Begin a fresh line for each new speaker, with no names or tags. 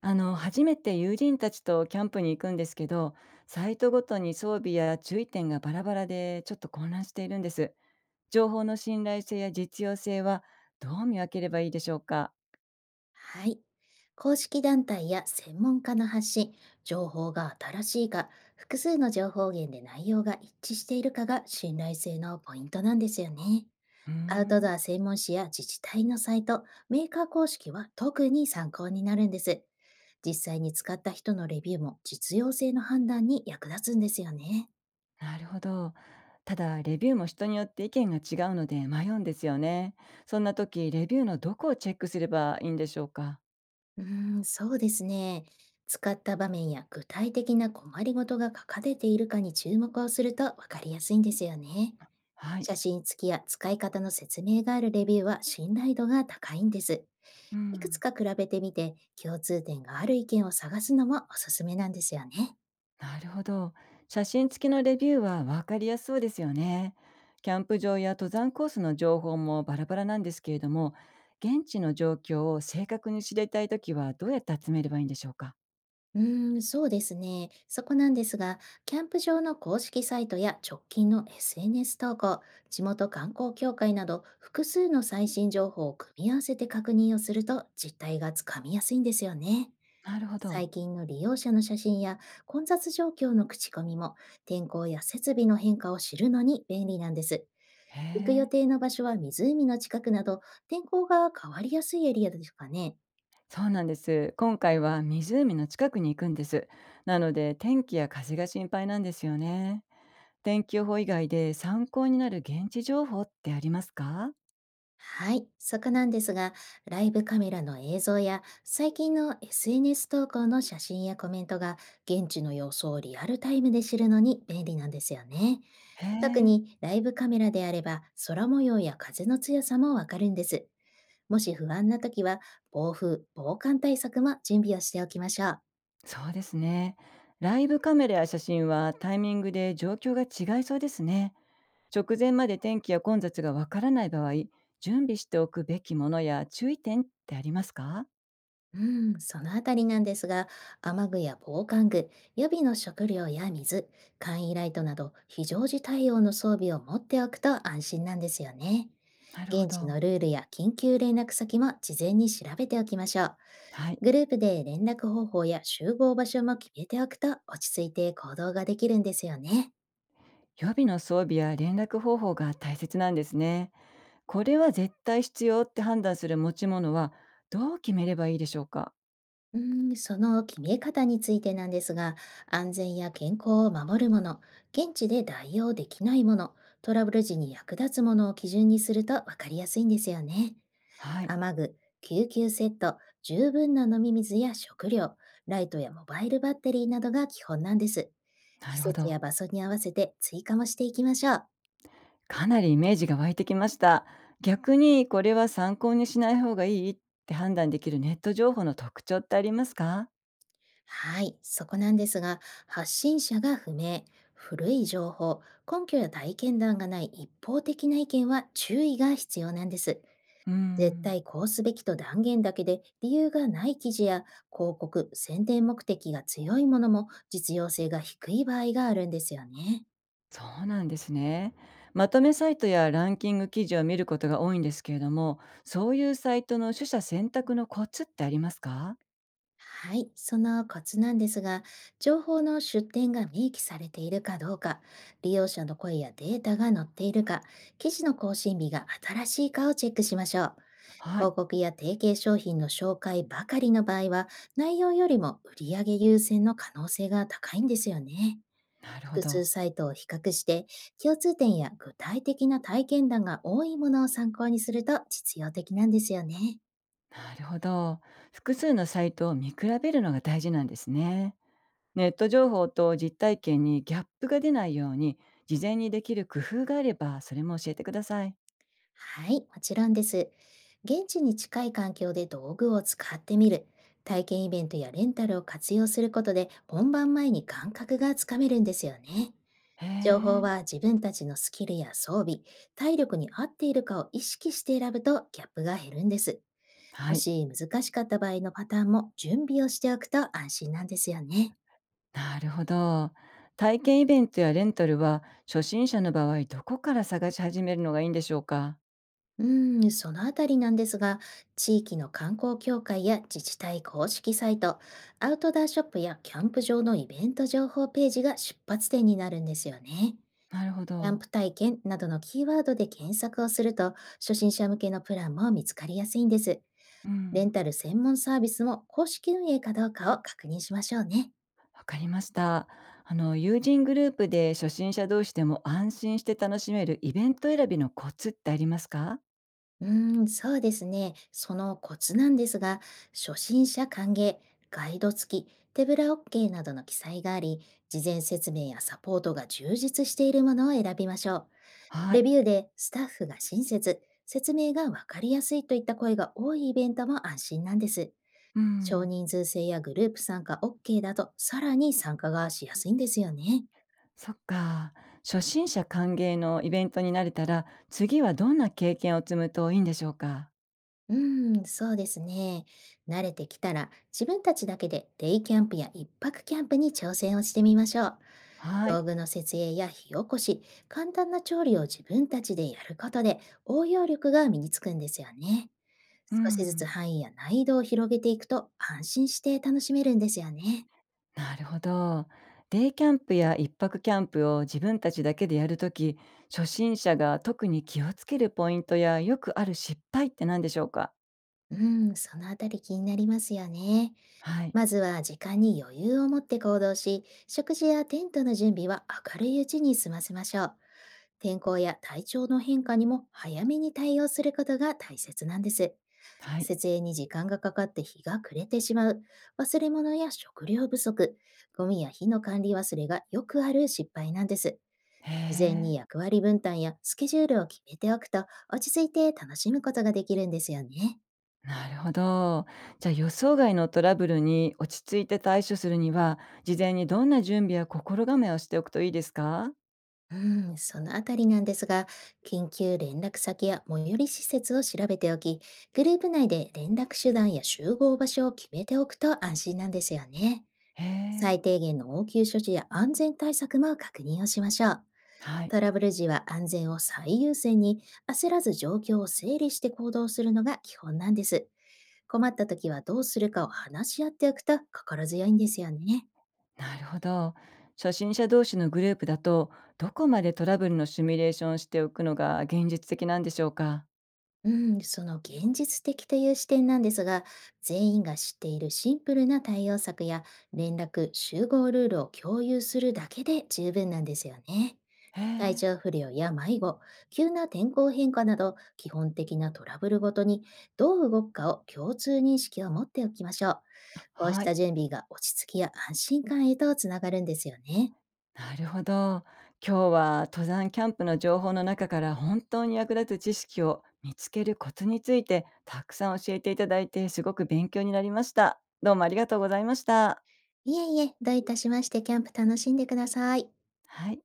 初めて友人たちとキャンプに行くんですけど、サイトごとに装備や注意点がバラバラでちょっと混乱しているんです。情報の信頼性や実用性はどう見分ければいいでしょうか？
はい。公式団体や専門家の発信、情報が新しいか、複数の情報源で内容が一致しているかが信頼性のポイントなんですよね。
うー
アウトド
ん、
ア専門誌や自治体のサイト、メーカー公式は特に参考になるんです。実際に使った人のレビューも実用性の判断に役立つんですよね。
なるほど。ただ、レビューも人によって意見が違うので迷うんですよね。そんな時、レビューのどこをチェックすればいいんでしょうか？
うーん、そうですね。使った場面や具体的な困りごとが書かれているかに注目をするとわかりやすいんですよね。
はい。
写真付きや使い方の説明があるレビューは信頼度が高いんです。
う
いくつ
ん。
か比べてみて、共通点がある意見を探すのもおすすめなんですよね。
なるほど。写真付きのレビューは分かりやすそうですよね。キャンプ場や登山コースの情報もバラバラなんですけれども、現地の状況を正確に知りたいときはどうやって集めればいいんでしょうか？
うーん、そうですね。そこなんですが、キャンプ場の公式サイトや直近の SNS 投稿、地元観光協会など複数の最新情報を組み合わせて確認をすると実態がつかみやすいんですよね。
なるほど。
最近の利用者の写真や混雑状況の口コミも、天候や設備の変化を知るのに便利なんです。
へ
行く予
え。
定の場所は湖の近くなど、天候が変わりやすいエリアですかね。
そうなんです。今回は湖の近くに行くんです。なので天気や風が心配なんですよね。天気予報以外で参考になる現地情報ってありますか？
はい、そこなんですが、ライブカメラの映像や最近の SNS 投稿の写真やコメントが、現地の様子をリアルタイムで知るのに便利なんですよね。
へ
特
え。
にライブカメラであれば、空模様や風の強さもわかるんです。もし不安な時は、暴風、防寒対策も準備をしておきましょう。
そうですね。ライブカメラや写真はタイミングで状況が違いそうですね。直前まで天気や混雑がわからない場合、準備しておくべきものや注意点ってありますか？
うん、そのあたりなんですが、雨具や防寒具、予備の食料や水、簡易ライトなど非常時対応の装備を持っておくと安心なんですよね。
なるほ
現地
ど。
のルールや緊急連絡先も事前に調べておきましょう。
はい。
グループで連絡方法や集合場所も決めておくと、落ち着いて行動ができるんですよね。
予備の装備や連絡方法が大切なんですね。これは絶対必要って判断する持ち物はどう決めればいいでしょうか？
うーん、その決め方についてなんですが、安全や健康を守るもの、現地で代用できないもの、トラブル時に役立つものを基準にすると分かりやすいんですよね。
はい。
雨具、救急セット、十分な飲み水や食料、ライトやモバイルバッテリーなどが基本なんです。
な
季
るほ
節
ど。
や場所に合わせて追加もしていきましょう。
かなりイメージが湧いてきました。逆にこれは参考にしない方がいいって判断できるネット情報の特徴ってありますか？
はい、そこなんですが、発信者が不明、古い情報、根拠や体験談がない一方的な意見は注意が必要なんです。
うー
絶
ん、
対こうすべきと断言だけで理由がない記事や広告、宣伝目的が強いものも実用性が低い場合があるんですよね。
そうなんですね。まとめサイトやランキング記事を見ることが多いんですけれども、そういうサイトの取捨選択のコツってありますか？
はい、そのコツなんですが、情報の出典が明記されているかどうか、利用者の声やデータが載っているか、記事の更新日が新しいかをチェックしましょう。
はい、
広告や提携商品の紹介ばかりの場合は、内容よりも売上優先の可能性が高いんですよね。
なるほ
複数
ど。
サイトを比較して、共通点や具体的な体験談が多いものを参考にすると実用的なんですよね。
なるほど。複数のサイトを見比べるのが大事なんですね。ネット情報と実体験にギャップが出ないように、事前にできる工夫があれば、それも教えてください。
はい、もちろんです。現地に近い環境で道具を使ってみる、体験イベントやレンタルを活用することで本番前に感覚がつかめるんですよね。
へ
情報
え、
は自分たちのスキルや装備、体力に合っているかを意識して選ぶと、ギャップが減るんです。
は
も
い、
し難しかった場合のパターンも準備をしておくと安心なんですよね。
なるほど。体験イベントやレンタルは、初心者の場合、どこから探し始めるのがいいんでしょうか？
うーん、そのあたりなんですが、地域の観光協会や自治体公式サイト、アウトドアショップやキャンプ場のイベント情報ページが出発点になるんですよね。
なるほ
キャン
ど。
プ体験などのキーワードで検索をすると、初心者向けのプランも見つかりやすいんです。
う
レ
ん、
ンタル専門サービスも公式運営かどうかを確認しましょうね。
わかりました。友人グループで初心者同士でも安心して楽しめるイベント選びのコツってありますか？
うーん、そうですね。そのコツなんですが、初心者歓迎、ガイド付き、手ぶら OK などの記載があり、事前説明やサポートが充実しているものを選びましょう。
は
レ
い。
ビューでスタッフが親切、説明がわかりやすいといった声が多いイベントも安心なんです。
う
少
ん。
人数制やグループ参加 OK だと、さらに参加がしやすいんですよね。
そっか。初心者歓迎のイベントになれたら、次はどんな経験を積むといいんでしょうか？
うーん、そうですね。慣れてきたら自分たちだけでデイキャンプや一泊キャンプに挑戦をしてみましょう。
は
道
い。
具の設営や火起こし、簡単な調理を自分たちでやることで応用力が身につくんですよね。
う
少しずつ
ん。
範囲や難易度を広げていくと、安心して楽しめるんですよね。
なるほど。デイキャンプや一泊キャンプを自分たちだけでやるとき、初心者が特に気をつけるポイントやよくある失敗って何でしょうか？
うん、そのあたり気になりますよね。
はい。
まずは時間に余裕を持って行動し、食事やテントの準備は明るいうちに済ませましょう。天候や体調の変化にも早めに対応することが大切なんです。
はい。
設営に時間がかかって日が暮れてしまう、忘れ物や食料不足、ゴミや火の管理忘れがよくある失敗なんです。
へ
事前に
え。
役割分担やスケジュールを決めておくと、落ち着いて楽しむことができるんですよね。
なるほど。じゃあ予想外のトラブルに落ち着いて対処するには、事前にどんな準備や心構えをしておくといいですか？
うん、そのあたりなんですが、緊急連絡先や最寄り施設を調べておき、グループ内で連絡手段や集合場所を決めておくと安心なんですよね。
へえ。
最低限の応急処置や安全対策も確認をしましょう。
はい、
トラブル時は安全を最優先に、焦らず状況を整理して行動するのが基本なんです。困った時はどうするかを話し合っておくと心強いんですよね。
なるほど。初心者同士のグループだと、どこまでトラブルのシミュレーションをしておくのが現実的なんでしょうか？
うん、その現実的という視点なんですが、全員が知っているシンプルな対応策や連絡、集合ルールを共有するだけで十分なんですよね。
へ
体
え。
調不良や迷子、急な天候変化など基本的なトラブルごとに、どう動くかを共通認識を持っておきましょう。こうし
は
た
い、
準備が落ち着きや安心感へとつながるんですよね。
なるほど。今日は登山キャンプの情報の中から本当に役立つ知識を見つけるコツについてたくさん教えていただいてすごく勉強になりました。どうもありがとうございました。
いえいえ、どういたしまして。キャンプ楽しんでください。
はい。